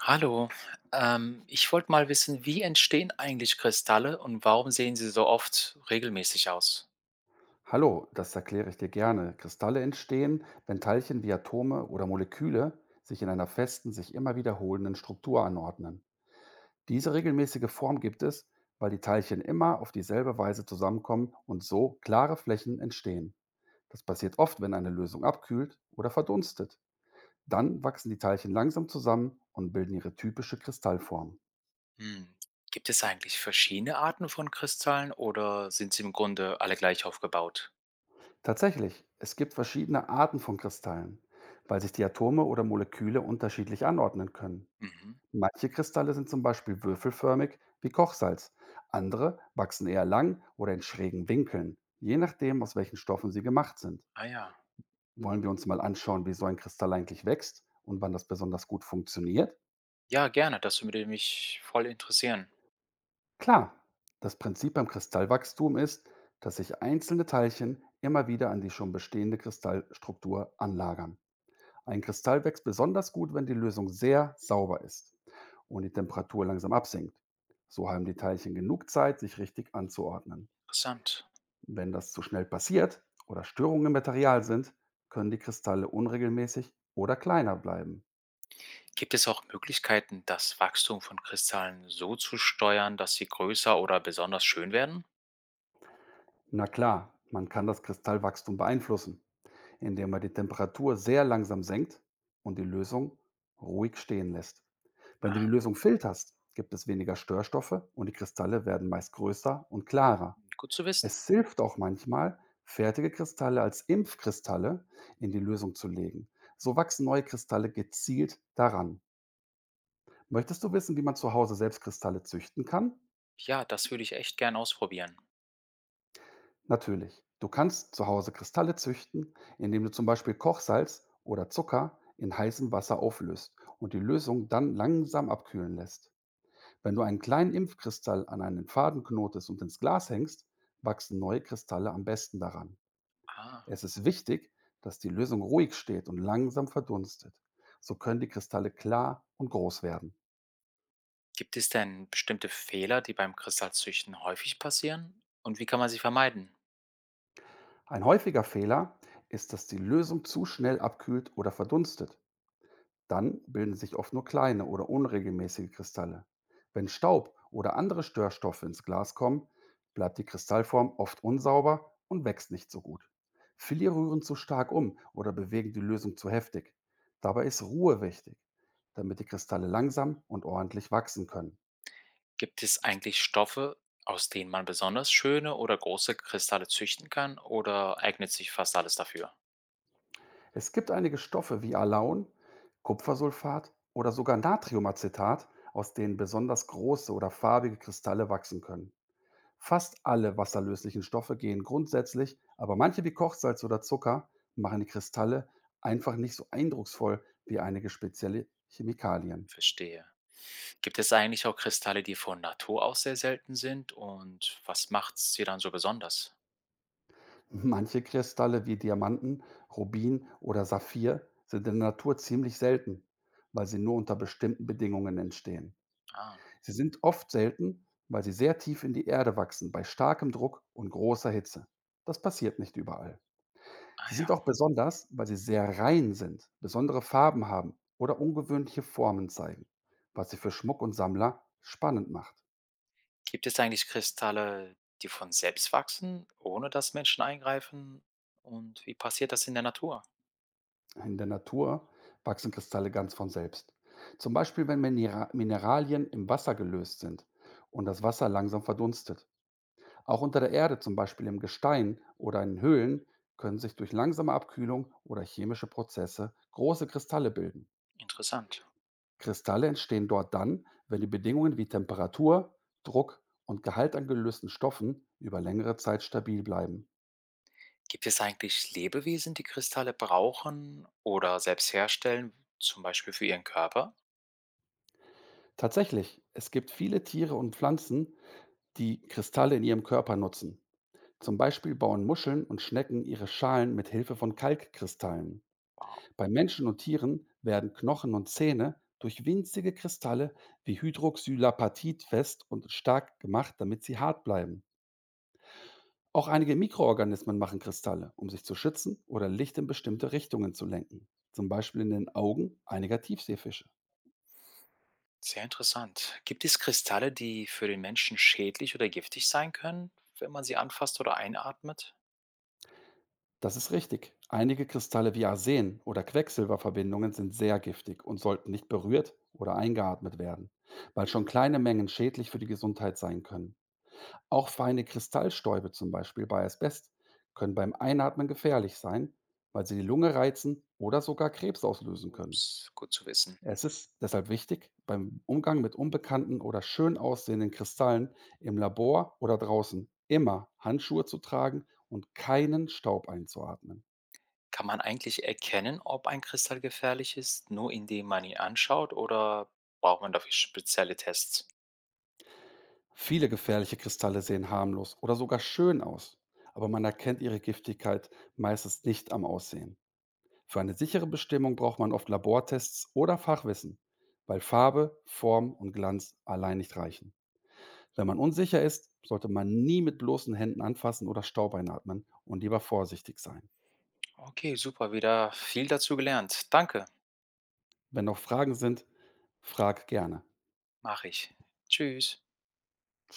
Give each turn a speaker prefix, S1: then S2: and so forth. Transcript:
S1: Hallo, ich wollte mal wissen, wie entstehen eigentlich Kristalle und warum sehen sie so oft regelmäßig aus?
S2: Hallo, das erkläre ich dir gerne. Kristalle entstehen, wenn Teilchen wie Atome oder Moleküle sich in einer festen, sich immer wiederholenden Struktur anordnen. Diese regelmäßige Form gibt es, weil die Teilchen immer auf dieselbe Weise zusammenkommen und so klare Flächen entstehen. Das passiert oft, wenn eine Lösung abkühlt oder verdunstet. Dann wachsen die Teilchen langsam zusammen und bilden ihre typische Kristallform.
S1: Hm. Gibt es eigentlich verschiedene Arten von Kristallen oder sind sie im Grunde alle gleich aufgebaut?
S2: Tatsächlich, es gibt verschiedene Arten von Kristallen, weil sich die Atome oder Moleküle unterschiedlich anordnen können.
S1: Mhm.
S2: Manche Kristalle sind zum Beispiel würfelförmig wie Kochsalz, andere wachsen eher lang oder in schrägen Winkeln, je nachdem, aus welchen Stoffen sie gemacht sind.
S1: Ah ja,
S2: Wollen wir uns mal anschauen, wie so ein Kristall eigentlich wächst und wann das besonders gut funktioniert?
S1: ja, gerne, das würde mich voll interessieren.
S2: Klar, das Prinzip beim Kristallwachstum ist, dass sich einzelne Teilchen immer wieder an die schon bestehende Kristallstruktur anlagern. Ein Kristall wächst besonders gut, wenn die Lösung sehr sauber ist und die Temperatur langsam absinkt. So haben die Teilchen genug Zeit, sich richtig anzuordnen.
S1: Interessant.
S2: Wenn das zu schnell passiert oder Störungen im Material sind, können die Kristalle unregelmäßig oder kleiner bleiben.
S1: Gibt es auch Möglichkeiten, das Wachstum von Kristallen so zu steuern, dass sie größer oder besonders schön werden?
S2: Na klar, man kann das Kristallwachstum beeinflussen, indem man die Temperatur sehr langsam senkt und die Lösung ruhig stehen lässt. Wenn du die Lösung filterst, gibt es weniger Störstoffe und die Kristalle werden meist größer und klarer.
S1: Gut zu wissen.
S2: Es hilft auch manchmal, fertige Kristalle als Impfkristalle in die Lösung zu legen. So wachsen neue Kristalle gezielt daran. Möchtest du wissen, wie man zu Hause selbst Kristalle züchten kann?
S1: Ja, das würde ich echt gern ausprobieren.
S2: Natürlich. Du kannst zu Hause Kristalle züchten, indem du zum Beispiel Kochsalz oder Zucker in heißem Wasser auflöst und die Lösung dann langsam abkühlen lässt. Wenn du einen kleinen Impfkristall an einen Faden knotest und ins Glas hängst, wachsen neue Kristalle am besten daran.
S1: Ah.
S2: Es ist wichtig, dass die Lösung ruhig steht und langsam verdunstet. So können die Kristalle klar und groß werden.
S1: Gibt es denn bestimmte Fehler, die beim Kristallzüchten häufig passieren? Und wie kann man sie vermeiden?
S2: Ein häufiger Fehler ist, dass die Lösung zu schnell abkühlt oder verdunstet. Dann bilden sich oft nur kleine oder unregelmäßige Kristalle. Wenn Staub oder andere Störstoffe ins Glas kommen, bleibt die Kristallform oft unsauber und wächst nicht so gut. Viele rühren zu stark um oder bewegen die Lösung zu heftig. Dabei ist Ruhe wichtig, damit die Kristalle langsam und ordentlich wachsen können.
S1: Gibt es eigentlich Stoffe, aus denen man besonders schöne oder große Kristalle züchten kann? Oder eignet sich fast alles dafür?
S2: Es gibt einige Stoffe wie Alaun, Kupfersulfat oder sogar Natriumacetat, aus denen besonders große oder farbige Kristalle wachsen können. Fast alle wasserlöslichen Stoffe gehen grundsätzlich, aber manche wie Kochsalz oder Zucker machen die Kristalle einfach nicht so eindrucksvoll wie einige spezielle Chemikalien.
S1: Verstehe. Gibt es eigentlich auch Kristalle, die von Natur aus sehr selten sind? Und was macht sie dann so besonders?
S2: Manche Kristalle wie Diamanten, Rubin oder Saphir sind in der Natur ziemlich selten, weil sie nur unter bestimmten Bedingungen entstehen.
S1: Ah,
S2: Sie sind oft selten, weil sie sehr tief in die Erde wachsen, bei starkem Druck und großer Hitze. Das passiert nicht überall.
S1: ah
S2: Sie
S1: ja.
S2: sind auch besonders, weil sie sehr rein sind, besondere Farben haben oder ungewöhnliche Formen zeigen, was sie für Schmuck und Sammler spannend macht.
S1: Gibt es eigentlich Kristalle, die von selbst wachsen, ohne dass Menschen eingreifen? Und wie passiert das in der Natur?
S2: In der Natur wachsen Kristalle ganz von selbst. Zum Beispiel, wenn Mineralien im Wasser gelöst sind und das Wasser langsam verdunstet. Auch unter der Erde, zum Beispiel im Gestein oder in Höhlen, können sich durch langsame Abkühlung oder chemische Prozesse große Kristalle bilden.
S1: Interessant.
S2: Kristalle entstehen dort dann, wenn die Bedingungen wie Temperatur, Druck und Gehalt an gelösten Stoffen über längere Zeit stabil bleiben.
S1: Gibt es eigentlich Lebewesen, die Kristalle brauchen oder selbst herstellen, zum Beispiel für ihren Körper?
S2: Tatsächlich, es gibt viele Tiere und Pflanzen, die Kristalle in ihrem Körper nutzen. Zum Beispiel bauen Muscheln und Schnecken ihre Schalen mit Hilfe von Kalkkristallen.
S1: Wow,
S2: Bei Menschen und Tieren werden Knochen und Zähne durch winzige Kristalle wie Hydroxylapatit fest und stark gemacht, damit sie hart bleiben. Auch einige Mikroorganismen machen Kristalle, um sich zu schützen oder Licht in bestimmte Richtungen zu lenken, zum Beispiel in den Augen einiger Tiefseefische.
S1: sehr interessant. Gibt es Kristalle, die für den Menschen schädlich oder giftig sein können, wenn man sie anfasst oder einatmet?
S2: Das ist richtig. Einige Kristalle wie Arsen oder Quecksilberverbindungen sind sehr giftig und sollten nicht berührt oder eingeatmet werden, weil schon kleine Mengen schädlich für die Gesundheit sein können. Auch feine Kristallstäube, zum Beispiel bei Asbest, können beim Einatmen gefährlich sein, weil sie die Lunge reizen oder sogar Krebs auslösen können.
S1: Ups, gut zu wissen.
S2: Es ist deshalb wichtig, beim Umgang mit unbekannten oder schön aussehenden Kristallen im Labor oder draußen immer Handschuhe zu tragen und keinen Staub einzuatmen.
S1: Kann man eigentlich erkennen, ob ein Kristall gefährlich ist, nur indem man ihn anschaut oder braucht man dafür spezielle Tests?
S2: Viele gefährliche Kristalle sehen harmlos oder sogar schön aus, aber man erkennt ihre Giftigkeit meistens nicht am Aussehen. Für eine sichere Bestimmung braucht man oft Labortests oder Fachwissen, weil Farbe, Form und Glanz allein nicht reichen. Wenn man unsicher ist, sollte man nie mit bloßen Händen anfassen oder Staub einatmen und lieber vorsichtig sein.
S1: Okay, super, wieder viel dazu gelernt. Danke,
S2: Wenn noch Fragen sind, frag gerne.
S1: mache ich. Tschüss.